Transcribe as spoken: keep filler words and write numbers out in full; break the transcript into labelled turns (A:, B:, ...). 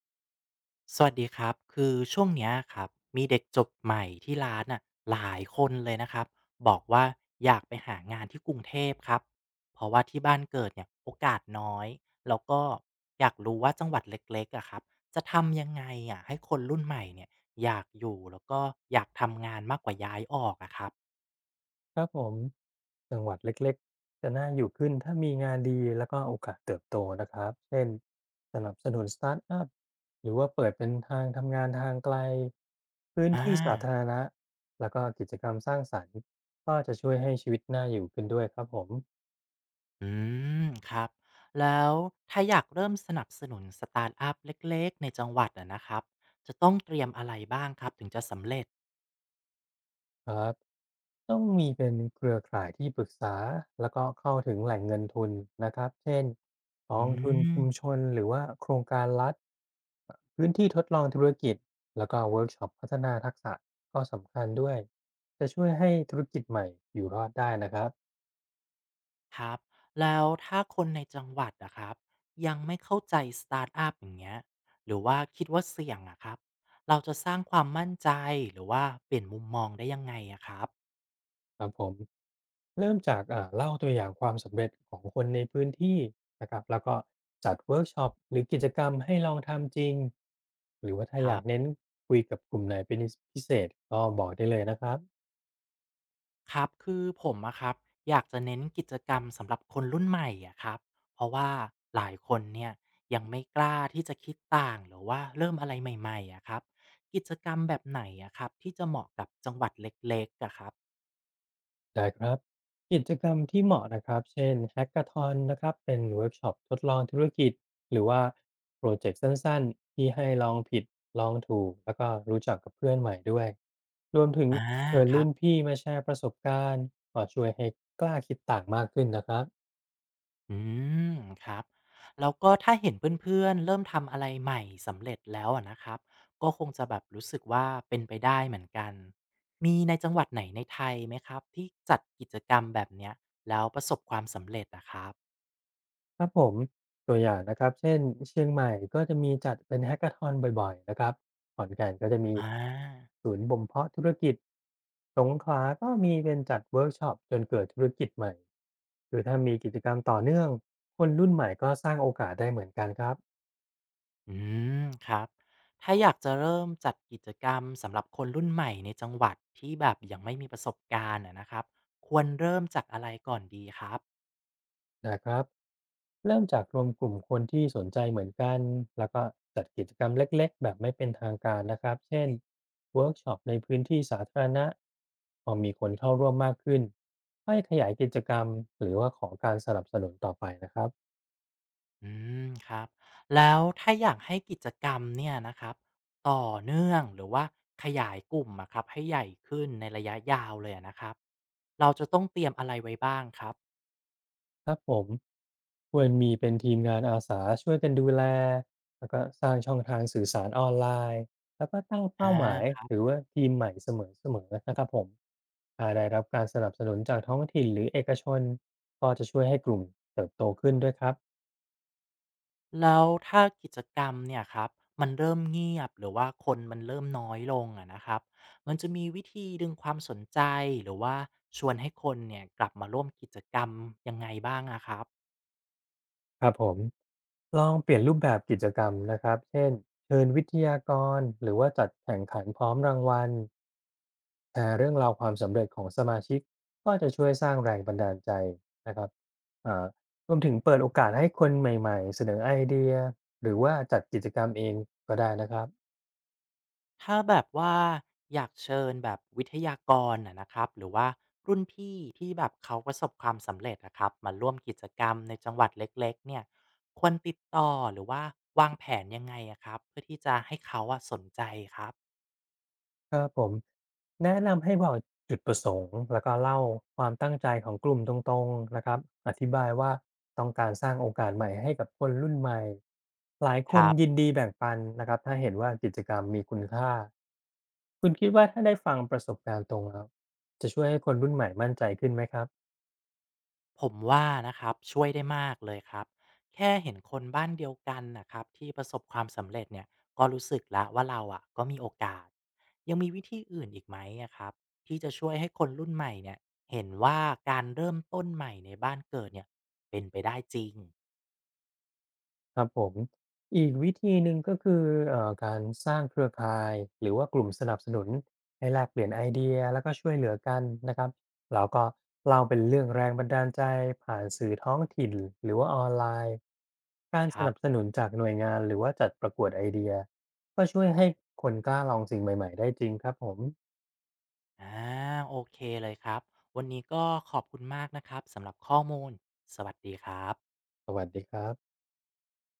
A: สวัสดีครับคือช่วงเนี้ยครับมีเด็กจบใหม่ที่ร้านอ่ะหลายคนเลยนะครับบอกว่าอยากไปหางานที่กรุงเทพครับเพราะว่าที่บ้านเกิดเนี่ยโอกาสน้อยแล้วก็อยากรู้ว่าจังหวัดเล็กๆอ่ะครับจะทำยังไงอ่ะให้คนรุ่นใหม่เนี่ยอยากอยู่แล้วก็อยากทำงานมากกว่าย้ายออกอ่ะครับ
B: ครับผมจังหวัดเล็กๆ จะน่าอยู่ขึ้นถ้ามีงานดีแล้วก็โอกาสเติบโตนะครับ เช่นสนับสนุนสตาร์ทอัพหรือว่าเปิดเป็นทางทำงานทางไกลพื้น
A: อ่า
B: ที่สาธารณะแล้วก็กิจกรรมสร้างสรรค์ก็จะช่วยให้ชีวิตน่าอยู่ขึ้นด้วยครับผม
A: อืมครับแล้วถ้าอยากเริ่มสนับสนุนสตาร์ทอัพเล็กๆในจังหวัดอ่ะนะครับจะต้องเตรียมอะไรบ้างครับถึงจะสำเร็จ
B: ครับต้องมีเป็นเครือข่ายที่ปรึกษาแล้วก็เข้าถึงแหล่งเงินทุนนะครับเช่นกอ
A: อื
B: งทุน
A: ม
B: ชุมชนหรือว่าโครงการรัฐพื้นที่ทดลองธุรกิจแล้วก็เวิร์กช็อปพัฒนาทักษะก็สำคัญด้วยจะช่วยให้ธุรกิจใหม่อยู่รอดได้นะครับ
A: ครับแล้วถ้าคนในจังหวัดอะครับยังไม่เข้าใจสตาร์ทอัพอย่างเงี้ยหรือว่าคิดว่าเสี่ยงอะครับเราจะสร้างความมั่นใจหรือว่าเปลี่ยนมุมมองได้ยังไงอะครับ
B: ครับผมเริ่มจากอ่าเล่าตัวอย่างความสำเร็จของคนในพื้นที่นะครับแล้วก็จัดเวิร์กช็อปหรือกิจกรรมให้ลองทำจริงหรือว่าถ้า
A: ค
B: อยา
A: รั
B: ก
A: บ
B: เน้นคุยกับกลุ่มไหนเป็นนิสพิเศษก็บอกได้เลยนะครับ
A: ครับคือผมอะครับอยากจะเน้นกิจกรรมสำหรับคนรุ่นใหม่อะครับเพราะว่าหลายคนเนี่ยยังไม่กล้าที่จะคิดต่างหรือว่าเริ่มอะไรใหม่ๆอะครับกิจกรรมแบบไหนอะครับที่จะเหมาะกับจังหวัดเล็กๆอะครับ
B: ได้ครับกิจกรรมที่เหมาะนะครับเช่น Hackathon นนะครับเป็นเวิร์กช็อปทดลองธุรกิจหรือว่าโปรเจกต์สั้นๆที่ให้ลองผิดลองถูกแล้วก็รู้จักกับเพื่อนใหม่ด้วยรวมถึง
A: อา
B: เชิญ
A: ครั
B: รุ่
A: บ
B: นพี่มาแชร์ประสบการณ์ก็ช่วยให้กล้าคิดต่างมากขึ้นนะครับ
A: อืมครับแล้วก็ถ้าเห็นเพื่อนๆเริ่มทำอะไรใหม่สำเร็จแล้วอะนะครับก็คงจะแบบรู้สึกว่าเป็นไปได้เหมือนกันมีในจังหวัดไหนในไทยไหมครับที่จัดกิจกรรมแบบเนี้ยแล้วประสบความสำเร็จอะครับ
B: ครับผมตัวอย่างนะครับเช่นเชียงใหม่ก็จะมีจัดเป็น Hackathon บ่อยๆนะครับขอนแก่นก็จะมี
A: อา
B: ศูนย์บ่มเพาะธุรกิจสงขลาก็มีเป็นจัดเวิร์กช็อปจนเกิดธุรกิจใหม่หรือถ้ามีกิจกรรมต่อเนื่องคนรุ่นใหม่ก็สร้างโอกาสได้เหมือนกันครับ
A: อืมครับถ้าอยากจะเริ่มจัดกิจกรรมสำหรับคนรุ่นใหม่ในจังหวัดที่แบบยังไม่มีประสบการณ์อะนะครับควรเริ่มจากอะไรก่อนดีครับ
B: นะครับเริ่มจากรวมกลุ่มคนที่สนใจเหมือนกันแล้วก็จัดกิจกรรมเล็กๆแบบไม่เป็นทางการนะครับเช่นเวิร์กช็อปในพื้นที่สาธารณะพอมีคนเข้าร่วมมากขึ้นให้ขยายกิจกรรมหรือว่าขอการสนับสนุนต่อไปนะครับ
A: อืมครับแล้วถ้าอยากให้กิจกรรมเนี่ยนะครับต่อเนื่องหรือว่าขยายกลุ่มอะครับให้ใหญ่ขึ้นในระยะยาวเลยอะนะครับเราจะต้องเตรียมอะไรไว้บ้างครับ
B: ครับผมควรมีเป็นทีมงานอาสาช่วยกันดูแลแล้วก็สร้างช่องทางสื่อสารออนไลน์แล้วก็ตั้ง
A: อา
B: เป้าหมาย
A: ครั
B: หรือ
A: บ
B: ว่าทีมใหม่เสมอๆนะครับผมถ้าได้รับการสนับสนุนจากท้องถิ่นหรือเอกชนก็จะช่วยให้กลุ่มเติบโตขึ้นด้วยครับ
A: แล้วถ้ากิจกรรมเนี่ยครับมันเริ่มเงียบหรือว่าคนมันเริ่มน้อยลงอะนะครับมันจะมีวิธีดึงความสนใจหรือว่าชวนให้คนเนี่ยกลับมาร่วมกิจกรรมยังไงบ้างอะครับ
B: ครับผมลองเปลี่ยนรูปแบบกิจกรรมนะครับเช่นเชิญวิทยากรหรือว่าจัดแข่งขันพร้อมรางวัล แชร์เรื่องราวความสำเร็จของสมาชิกก็จะช่วยสร้างแรงบันดาลใจนะครับอ่ารวมถึงเปิดโอกาสให้คนใหม่ๆเสนอไอเดียหรือว่าจัดกิจกรรมเองก็ได้นะครับ
A: ถ้าแบบว่าอยากเชิญแบบวิทยากรน่ะนะครับหรือว่ารุ่นพี่ที่แบบเขาประสบความสำเร็จนะครับมาร่วมกิจกรรมในจังหวัดเล็กๆเนี่ยควรติดต่อหรือว่าวางแผนยังไงอะครับเพื่อที่จะให้เขาอะสนใจครับ
B: ครับผมแนะนำให้บอกจุดประสงค์แล้วก็เล่าความตั้งใจของกลุ่มตรงๆนะครับอธิบายว่าต้องการสร้างโอกาสใหม่ให้กับคนรุ่นใหม่หลายค
A: ค
B: น
A: รั
B: ยิน
A: บ
B: ดีแบ่งปันนะครับถ้าเห็นว่ากิจกรรมมีคุณค่า คุณคิดว่าถ้าได้ฟังประสบการณ์ตรงแล้วจะช่วยให้คนรุ่นใหม่มั่นใจขึ้นไหมครับ
A: ผมว่านะครับช่วยได้มากเลยครับแค่เห็นคนบ้านเดียวกันนะครับที่ประสบความสำเร็จเนี่ยก็รู้สึกละว่าเราอ่ะก็มีโอกาสยังมีวิธีอื่นอีกไหมอะครับที่จะช่วยให้คนรุ่นใหม่เนี่ยเห็นว่าการเริ่มต้นใหม่ในบ้านเกิดเนี่ยเป็นไปได้จริง
B: ครับผมอีกวิธีหนึ่งก็คือเอ่อการสร้างเครือข่ายหรือว่ากลุ่มสนับสนุนให้แลกเปลี่ยนไอเดียแล้วก็ช่วยเหลือกันนะครับแล้วก็เล่าเป็นเรื่องแรงบันดาลใจผ่านสื่อท้องถิ่นหรือว่าออนไลน์การ
A: ค
B: ส
A: รั
B: นั
A: บ
B: บสนุนจากหน่วยงานหรือว่าจัดประกวดไอเดียก็ช่วยให้คนกล้าลองสิ่งใหม่ๆได้จริงครับผม
A: อ่าโอเคเลยครับวันนี้ก็ขอบคุณมากนะครับสำหรับข้อมูลสวัสดีครับ
B: สวัสดีครับ